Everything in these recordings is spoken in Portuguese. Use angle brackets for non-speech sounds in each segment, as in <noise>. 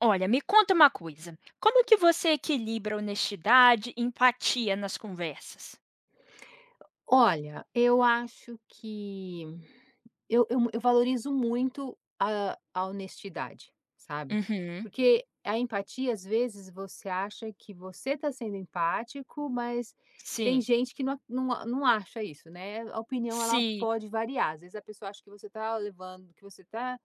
Olha, me conta uma coisa. Como que você equilibra honestidade e empatia nas conversas? Olha, eu acho que eu valorizo muito a honestidade, sabe, Uhum. porque a empatia, às vezes, você acha que você está sendo empático, mas tem Sim. gente que não acha isso, né, a opinião ela Se pode variar, às vezes a pessoa acha que você está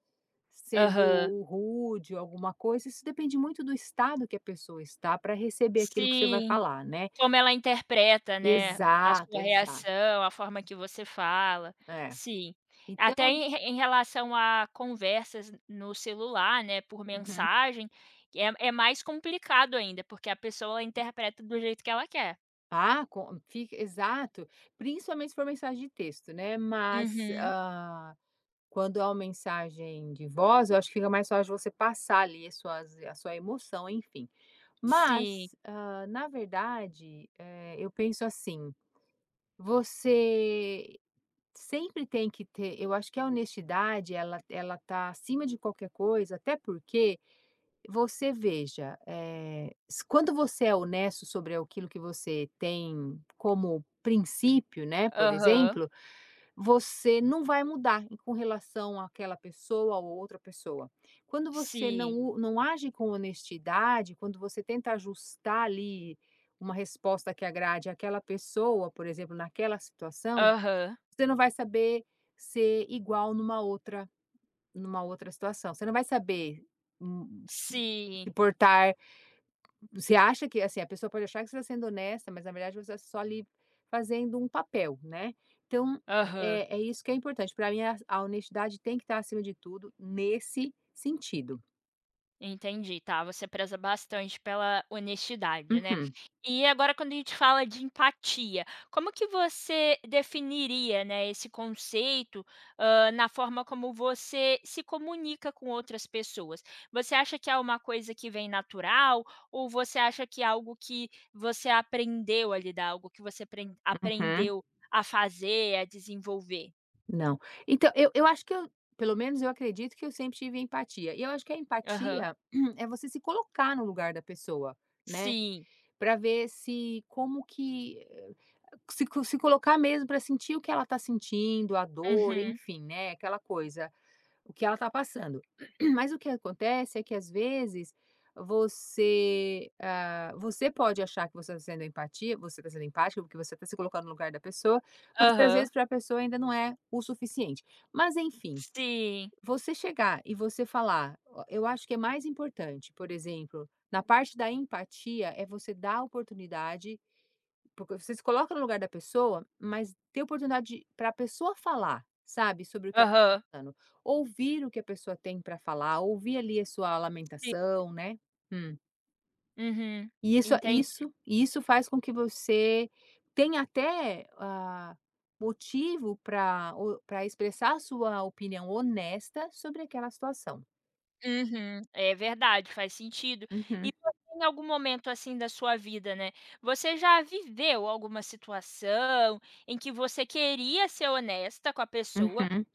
aham. sendo rude ou alguma coisa, isso depende muito do estado que a pessoa está para receber aquilo que você vai Sim. falar, né. Como ela interpreta, né, a Exato, sua exato. reação, a forma que você fala. É. Sim. Até Então em re em relação a conversas no celular, né, por Uhum. mensagem, é mais complicado ainda, porque a pessoa ela interpreta do jeito que ela quer. ah, com fica exato, principalmente se for mensagem de texto, né, mas, Uhum. Quando é uma mensagem de voz, eu acho que fica mais fácil você passar ali as suas a sua emoção, enfim. Sim. Mas, na verdade, eu penso assim, você sempre tem que ter eu acho que a honestidade ela tá acima de qualquer coisa, até porque você veja, eh, s quando você é honesto sobre aquilo que você tem como princípio, né, por Aham. exemplo, você não vai mudar em com relação àquela pessoa ou outra pessoa. Quando você Sim. Não age com honestidade, quando você tenta ajustar ali uma resposta que agrade àquela pessoa, por exemplo, naquela situação, Aham. você não vai saber ser igual numa outra situação. Você não vai saber, se Sim. se portar você acha que assim, a pessoa pode achar que você está sendo honesta, mas na verdade você está só ali fazendo um papel, né. Então, Aham. é isso que é importante. Para mim a honestidade tem que estar acima de tudo nesse sentido. Entendi, tá, você preza bastante pela honestidade, né. Uhum, E agora quando a gente fala de empatia, como que você definiria, né, esse conceito, na forma como você se comunica com outras pessoas? Você acha que é uma coisa que vem natural ou você acha que é algo que você aprendeu a lidar, algo que você uhum. aprendeu a fazer, a desenvolver? Não. Então, eu acho que eu pelo menos eu acredito que eu sempre tive empatia. E eu acho que a Aham. empatia <clears throat> é você se colocar no lugar da pessoa, né, Sim. para ver se como que se colocar mesmo para sentir o que ela está sentindo, a dor, Uhum. enfim, né, aquela coisa. O que ela está passando. <clears throat> Mas o que acontece é que às vezes você, você pode achar que você está sendo empática, porque você está se colocando no lugar da pessoa, mas às Aham. vezes para a pessoa ainda não é o suficiente. Mas enfim, Sim. você chegar e você falar, ó, eu acho que é mais importante, por exemplo, na parte da empatia, é você dar a oportunidade porque você se coloca no lugar da pessoa, mas ter oportunidade para a pessoa falar, sabe, sobre o que ela está Aham. passando. Ouvir o que a pessoa tem para falar, ouvir ali a sua Sim. lamentação, né. Hum. Uhum. E Entendi. Isso faz com que você tenha até, motivo para expressar a sua opinião honesta sobre aquela situação. Uhum. É verdade, faz sentido. E Uhum, você em algum momento, assim, da sua vida, né, você já viveu alguma situação em que você queria ser honesta com a pessoa. uhum,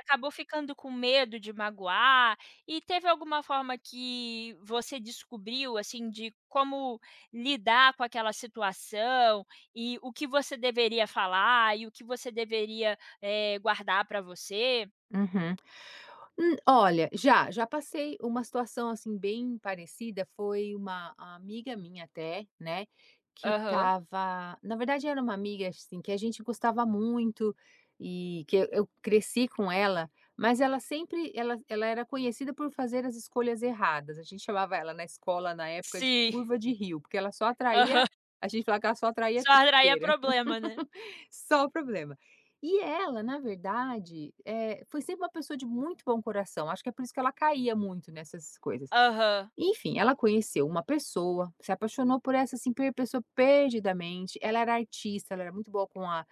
Acabou ficando com medo de magoar? E teve alguma forma que você descobriu, assim, de como lidar com aquela situação e o que você deveria falar e o que você deveria, guardar para você? uhum. Olha, já, já passei uma situação, assim, bem parecida, foi uma amiga minha até, né, que Aham. estava na verdade era uma amiga, assim, que a gente gostava muito e que eu cresci com ela, mas ela sempre ela era conhecida por fazer as escolhas erradas, a gente chamava ela na escola, na época, de Sim. curva de rio, porque ela só <laughs> atraía Aham. a gente falava que ela só atraía Só atraía trinqueira. problema, né? <laughs> Só o problema. E ela, na verdade, foi sempre uma pessoa de muito bom coração, acho que é por isso que ela caía muito nessas coisas. Aham. Enfim, ela conheceu uma pessoa, se apaixonou por essa, assim, per pessoa perdidamente, ela era artista, ela era muito boa com a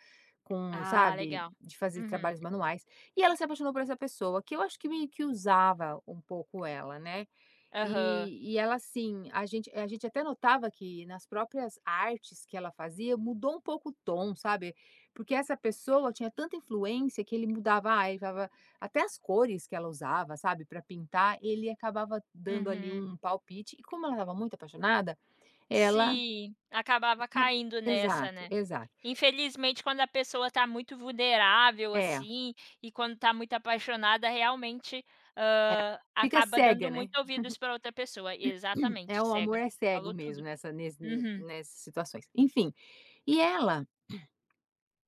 Ah, sabe, legal. de fazer Uhum. trabalhos manuais, e ela se apaixonou por essa pessoa, que eu acho que meio que usava um pouco ela, né. Aham. E ela, assim, a gente até notava que nas próprias artes que ela fazia, mudou um pouco o tom, sabe, porque essa pessoa tinha tanta influência que ele mudava, ele falava até as cores que ela usava, sabe, para pintar, ele acabava dando ali Uhum. um palpite e como ela estava muito apaixonada, ela Sim, acabava a caindo nessa, exato, né? exato. Infelizmente, quando a pessoa está muito vulnerável, É, assim, e quando está muito apaixonada, realmente, é. Fica acaba dando cega, né. muito ouvidos para outra pessoa. Exatamente, É, o amor cega. é cego Falou tudo. mesmo Uhum. nessas situações. Enfim, e ela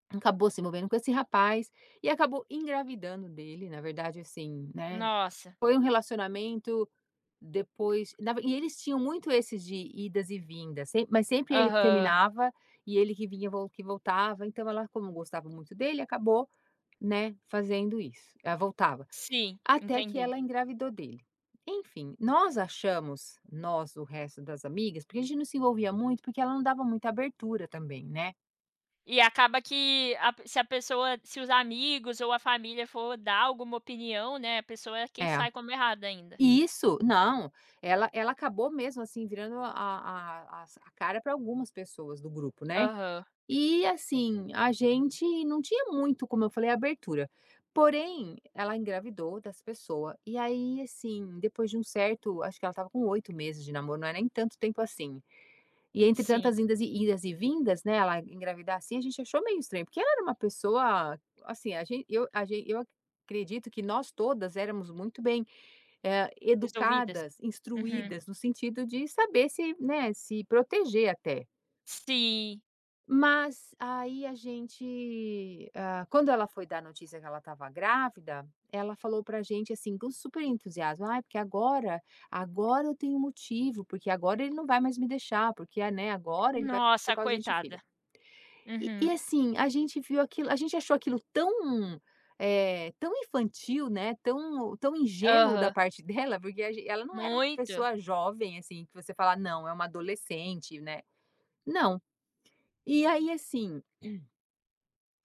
acabou se envolvendo com esse rapaz e acabou engravidando dele, na verdade, assim, né, Nossa. foi um relacionamento Depois na ve e eles tinham muito esses de idas e vindas, sem mas sempre ele que Aham. terminava e ele que vinha vol que voltava, então ela como gostava muito dele, acabou, né, fazendo isso. Ela voltava, Sim, até que entendi. ela engravidou dele. Enfim, nós achamos, nós, o resto das amigas, porque a gente não se envolvia muito, porque ela não dava muita abertura também, né. E acaba que a pe- se a pessoa se os amigos ou a família for dar alguma opinião, né, a pessoa é quem É. sai como errada ainda. Isso, não, ela acabou mesmo, assim, virando a cara para algumas pessoas do grupo, né. Aham. E assim, a gente não tinha muito, como eu falei, abertura. Porém, ela engravidou dessa pessoa. E aí, assim, depois de um certo, acho que ela estava com 8 meses de namoro, não é nem tanto tempo assim. E entre Sim. Idas e vindas, né, ela engravidar assim, a gente achou meio estranho, porque ela era uma pessoa, assim, a gente, eu acredito que nós todas éramos muito bem Resolvidas. educadas, Uhum. instruídas, no sentido de saber se, né, se proteger até. Sim. Mas aí a gente, quando ela foi dar a notícia que ela estava grávida, ela falou pra gente, assim, com super entusiasmo: "Ai, porque agora eu tenho motivo, porque agora ele não vai mais me deixar, porque, ah, né, agora ele vai ficar por Nossa, causa da filho". coitada. E Uhum. e assim, a gente achou aquilo tão, tão infantil, né, tão ingênuo da Aham, parte <laughs> dela, porque a gen ela não era uma muito. pessoa jovem, assim, que você fala: "Não, é uma adolescente", né. Não. E aí, assim,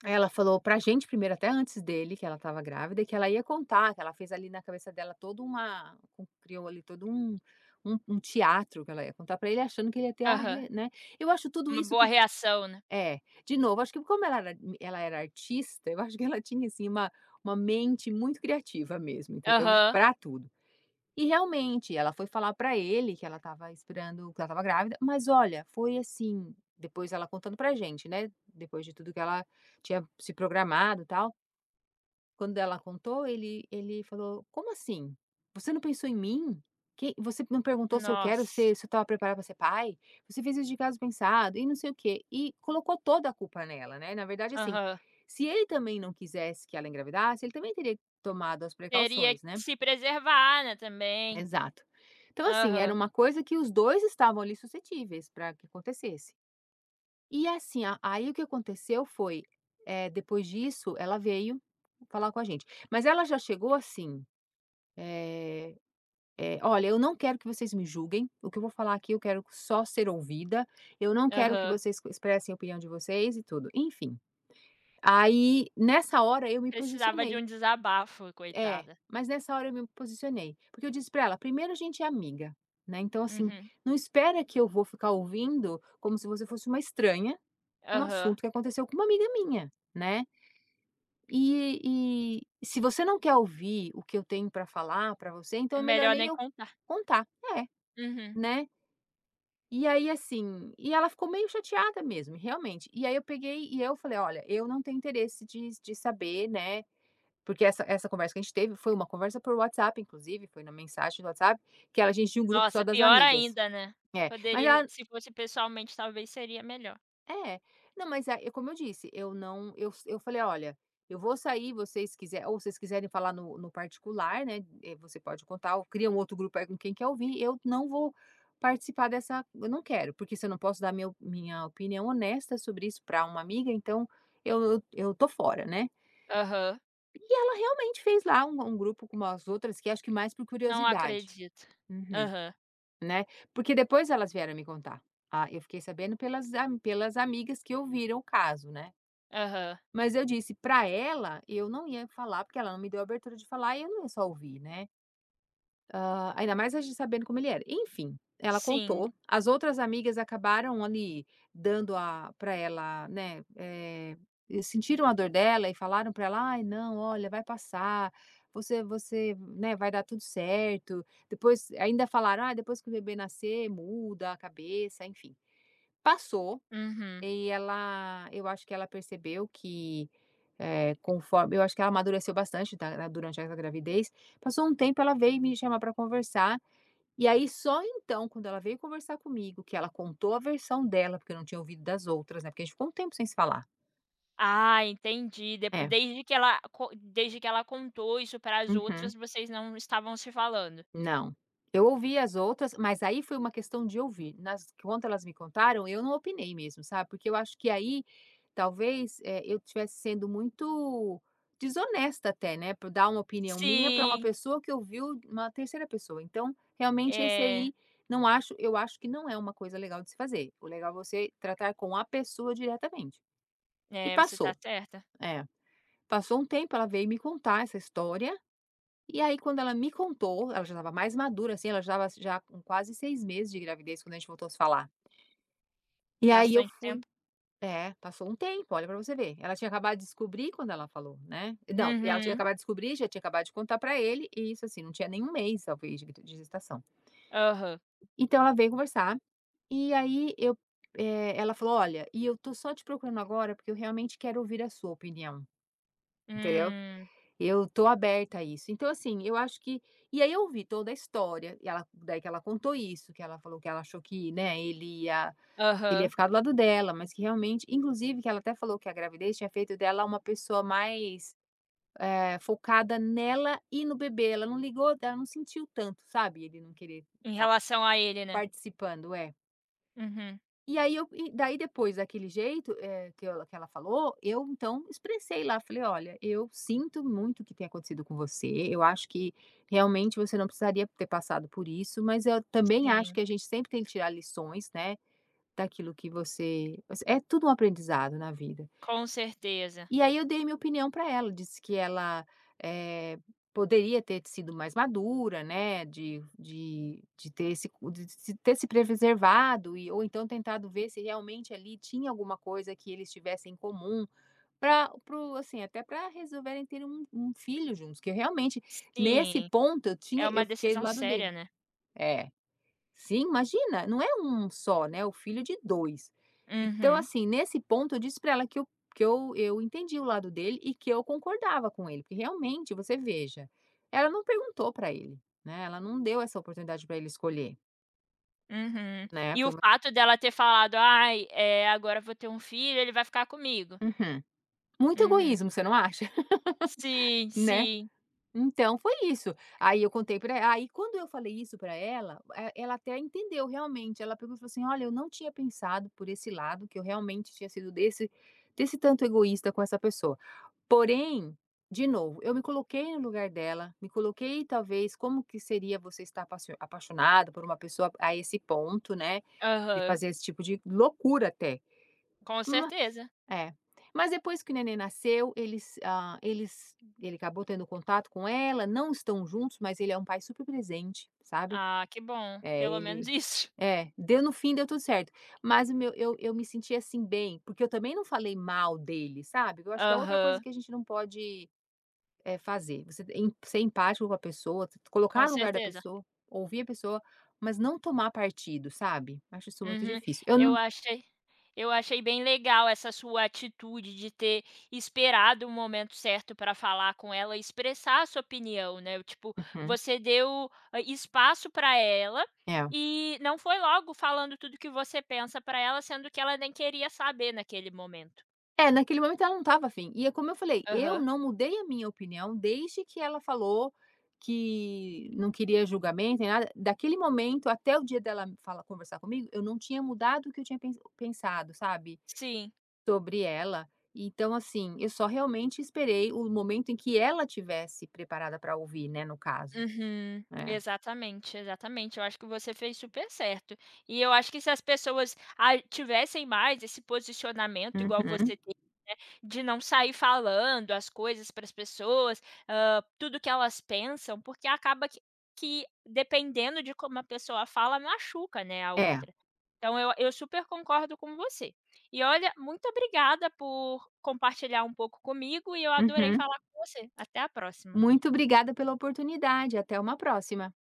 ela falou pra gente primeiro, até antes dele, que ela estava grávida e que ela ia contar, que ela fez ali na cabeça dela toda uma co criou ali todo um teatro que ela ia contar pra ele, achando que ele ia ter a Aham, re né. Eu acho tudo uma isso boa porque reação, né. é, de novo, acho que como ela era artista, eu acho que ela tinha, assim, uma mente muito criativa mesmo, entendeu, Aham, pra tudo. E realmente, ela foi falar pra ele que ela estava grávida, mas olha, foi assim, depois ela contando pra gente, né, depois de tudo que ela tinha se programado, e tal. Quando ela contou, ele falou: "Como assim? Você não pensou em mim? Que você não perguntou se eu quero nossa. ser se eu estava preparado pra ser pai? Você fez isso de caso pensado e não sei o quê", e colocou toda a culpa nela, né. Na verdade, assim, Aham. se ele também não quisesse que ela engravidasse, ele também teria tomado as Teria que precauções, né. se preservar, né, também. Exato. Então, assim, era Aham, uma coisa que os 2 estavam ali suscetíveis para que acontecesse. E assim, a aí o que aconteceu foi, depois disso ela veio falar com a gente, mas ela já chegou assim, "Olha, eu não quero que vocês me julguem, o que eu vou falar aqui eu quero só ser ouvida, eu não quero que aham. vocês expressem a opinião de vocês e tudo", enfim. Aí, nessa hora eu me Precisava de posicionei. um desabafo, É, coitada. mas nessa hora eu me posicionei, porque eu disse pra ela: "Primeiro a gente é amiga, né, então assim, Uhum, não espera que eu vou ficar ouvindo como se você fosse uma estranha, um aham. assunto que aconteceu com uma amiga minha, né. E se você não quer ouvir o que eu tenho pra falar pra você, então É é melhor melhor nem nem eu contar. contar". É, Uhum. né. E aí assim, e ela ficou meio chateada mesmo, realmente. E aí eu peguei e eu falei: "Olha, eu não tenho interesse de saber, né, porque essa conversa que a gente teve foi uma conversa por WhatsApp, inclusive, foi na mensagem do WhatsApp, que ela a gente tinha um grupo só Nossa, das pior amigas. ainda, né. É, mas Poderia ela se fosse pessoalmente, talvez seria melhor. é. Não, mas é como eu disse, eu não eu eu falei: "Olha, eu vou sair, vocês quiserem falar no particular, né, você pode contar ou cria um outro grupo aí com quem quer ouvir, eu não vou participar dessa eu não quero, porque se eu não posso dar minha opinião honesta sobre isso para uma amiga, então eu tô fora, né". Aham, E ela realmente fez lá um grupo com as outras que acho que mais por não curiosidade. acredito. Uhum. Aham, Né, porque depois elas vieram me contar. Ah, eu fiquei sabendo pelas amigas que ouviram o caso, né. aham. Mas eu disse para ela, eu não ia falar, porque ela não me deu a abertura de falar e eu não ia só ouvir, né". Hã, ainda mais a gente sabendo como ele era. Enfim, ela Sim, contou, as outras amigas acabaram ali dando a para ela, né, e sentiram a dor dela e falaram para ela: "Ai não, olha, vai passar, você, né, vai dar tudo certo". Depois ainda falaram: "Ah, depois que o bebê nascer, muda a cabeça", enfim. Passou uhum. e ela, eu acho que ela percebeu que, conforme eu acho que ela amadureceu bastante durante essa gravidez. Passou um tempo, ela veio me chamar para conversar e aí só então, quando ela veio conversar comigo, que ela contou a versão dela, porque eu não tinha ouvido das outras, né, porque a gente ficou um tempo sem se falar. Ah, entendi. Depo É, Desde que ela co desde que ela contou isso para as uhum. outras, vocês não estavam se falando. Não. Eu ouvi as outras, mas aí foi uma questão de ouvir. Nas Quando elas me contaram, eu não opinei mesmo, sabe, porque eu acho que aí, talvez, eu tivesse sendo muito desonesta até, né, por dar uma opinião minha para uma Sim, pessoa que ouviu uma terceira pessoa. Então, realmente esse é, aí, não acho eu acho que não é uma coisa legal de se fazer. O legal é você tratar com a pessoa diretamente. E é, você está passou. certa. É, passou um tempo, ela veio me contar essa história, e aí quando ela me contou, ela já estava mais madura, assim, ela já estava já com quase 6 meses de gravidez quando a gente voltou a se falar. E aí eu Bastante fui tempo. é, passou um tempo, olha pra você ver. Ela tinha acabado de descobrir quando ela falou, né. Não, ela tinha Uhum. acabado de descobrir, já tinha acabado de contar pra ele, e isso, assim, não tinha nenhum mês, talvez, de gestação. Aham. Então ela veio conversar, e aí, ela falou: "Olha, e eu tô só te procurando agora porque eu realmente quero ouvir a sua opinião", entendeu? Hum. Eu tô aberta a isso. Então, assim, eu acho que e aí eu ouvi toda a história, e ela daí que ela contou isso, que ela falou que ela achou que, né, ele ia Aham. ficar do lado dela, mas que realmente inclusive que ela até falou que a gravidez tinha feito dela uma pessoa mais, focada nela e no bebê, ela não sentiu tanto, sabe, ele não querer Em relação a ele, né. participando. É. Uhum. E aí eu e daí depois daquele jeito, que ela falou, eu então expressei lá, falei: "Olha, eu sinto muito o que tem acontecido com você, eu acho que realmente você não precisaria ter passado por isso, mas eu também acho Sim, que a gente sempre tem que tirar lições, né, daquilo que você" é tudo um aprendizado na vida. com certeza. E aí eu dei minha opinião para ela, disse que ela, eh, poderia ter sido mais madura, né, de se ter se preservado e ou então tentado ver se realmente ali tinha alguma coisa que eles tivessem em comum, para o assim, até para resolverem ter um filho juntos, que eu realmente, nesse Sim, ponto, é eu uma fiquei do decisão lado dele. séria, né. É. Sim, imagina, não é um só, né, o filho de dois. Então, Uhum, assim, nesse ponto eu disse para ela que eu entendi o lado dele e que eu concordava com ele, porque realmente você veja, ela não perguntou para ele, né, ela não deu essa oportunidade para ele escolher, uhum. né, E foi o uma. fato dela ter falado: "Ai, agora eu vou ter um filho, ele vai ficar comigo". Uhum. Muito Uhum. egoísmo, você não acha? <laughs> Sim, Né? sim. Então foi isso. Aí quando eu falei isso para ela, ela até entendeu realmente, ela pegou e falou assim: "Olha, eu não tinha pensado por esse lado, que eu realmente tinha sido desse tanto egoísta com essa pessoa". Porém, de novo, eu me coloquei no lugar dela, me coloquei talvez como que seria você estar apassio apaixonado por uma pessoa a esse ponto, né, de Aham, fazer esse tipo de loucura até. com Mas certeza. é. Mas depois que o neném nasceu, eles, ah, eles ele acabou tendo contato com ela, não estão juntos, mas ele é um pai super presente, sabe. Ah, que bom, É, pelo menos ele isso. é, deu no fim, deu tudo certo. Mas o meu eu me senti, assim, bem, porque eu também não falei mal dele, sabe. Eu acho <laughs> que é outra coisa Aham, que a gente não pode, fazer. Você em ser empático com a pessoa, se com colocar no lugar da certeza. pessoa, ouvir a pessoa, mas não tomar partido, sabe. Acho isso muito Uhum. difícil. Eu Eu não. achei eu achei bem legal essa sua atitude de ter esperado o momento certo para falar com ela e expressar a sua opinião, né, tipo, Uhum. você deu, espaço para ela É. e não foi logo falando tudo que você pensa para ela, sendo que ela nem queria saber naquele momento. É, naquele momento ela não estava afim. E é como eu falei, eu Aham, não mudei a minha opinião desde que ela falou que não queria julgamento nem nada. Daquele momento até o dia dela fala conversar comigo, eu não tinha mudado o que eu tinha pensado, sabe, sim. sobre ela. Então, assim, eu só realmente esperei o momento em que ela tivesse preparada para ouvir, né, no caso. Uhum. É. Exatamente, exatamente. Eu acho que você fez super certo. E eu acho que se as pessoas a tivessem mais esse posicionamento igual Uhum. você tem, de não sair falando as coisas para as pessoas, tudo que elas pensam, porque acaba que dependendo de como a pessoa fala, machuca, né, a É. outra. Então eu super concordo com você. E olha, muito obrigada por compartilhar um pouco comigo e eu adorei Uhum. falar com você. Até a próxima. Muito obrigada pela oportunidade, até uma próxima.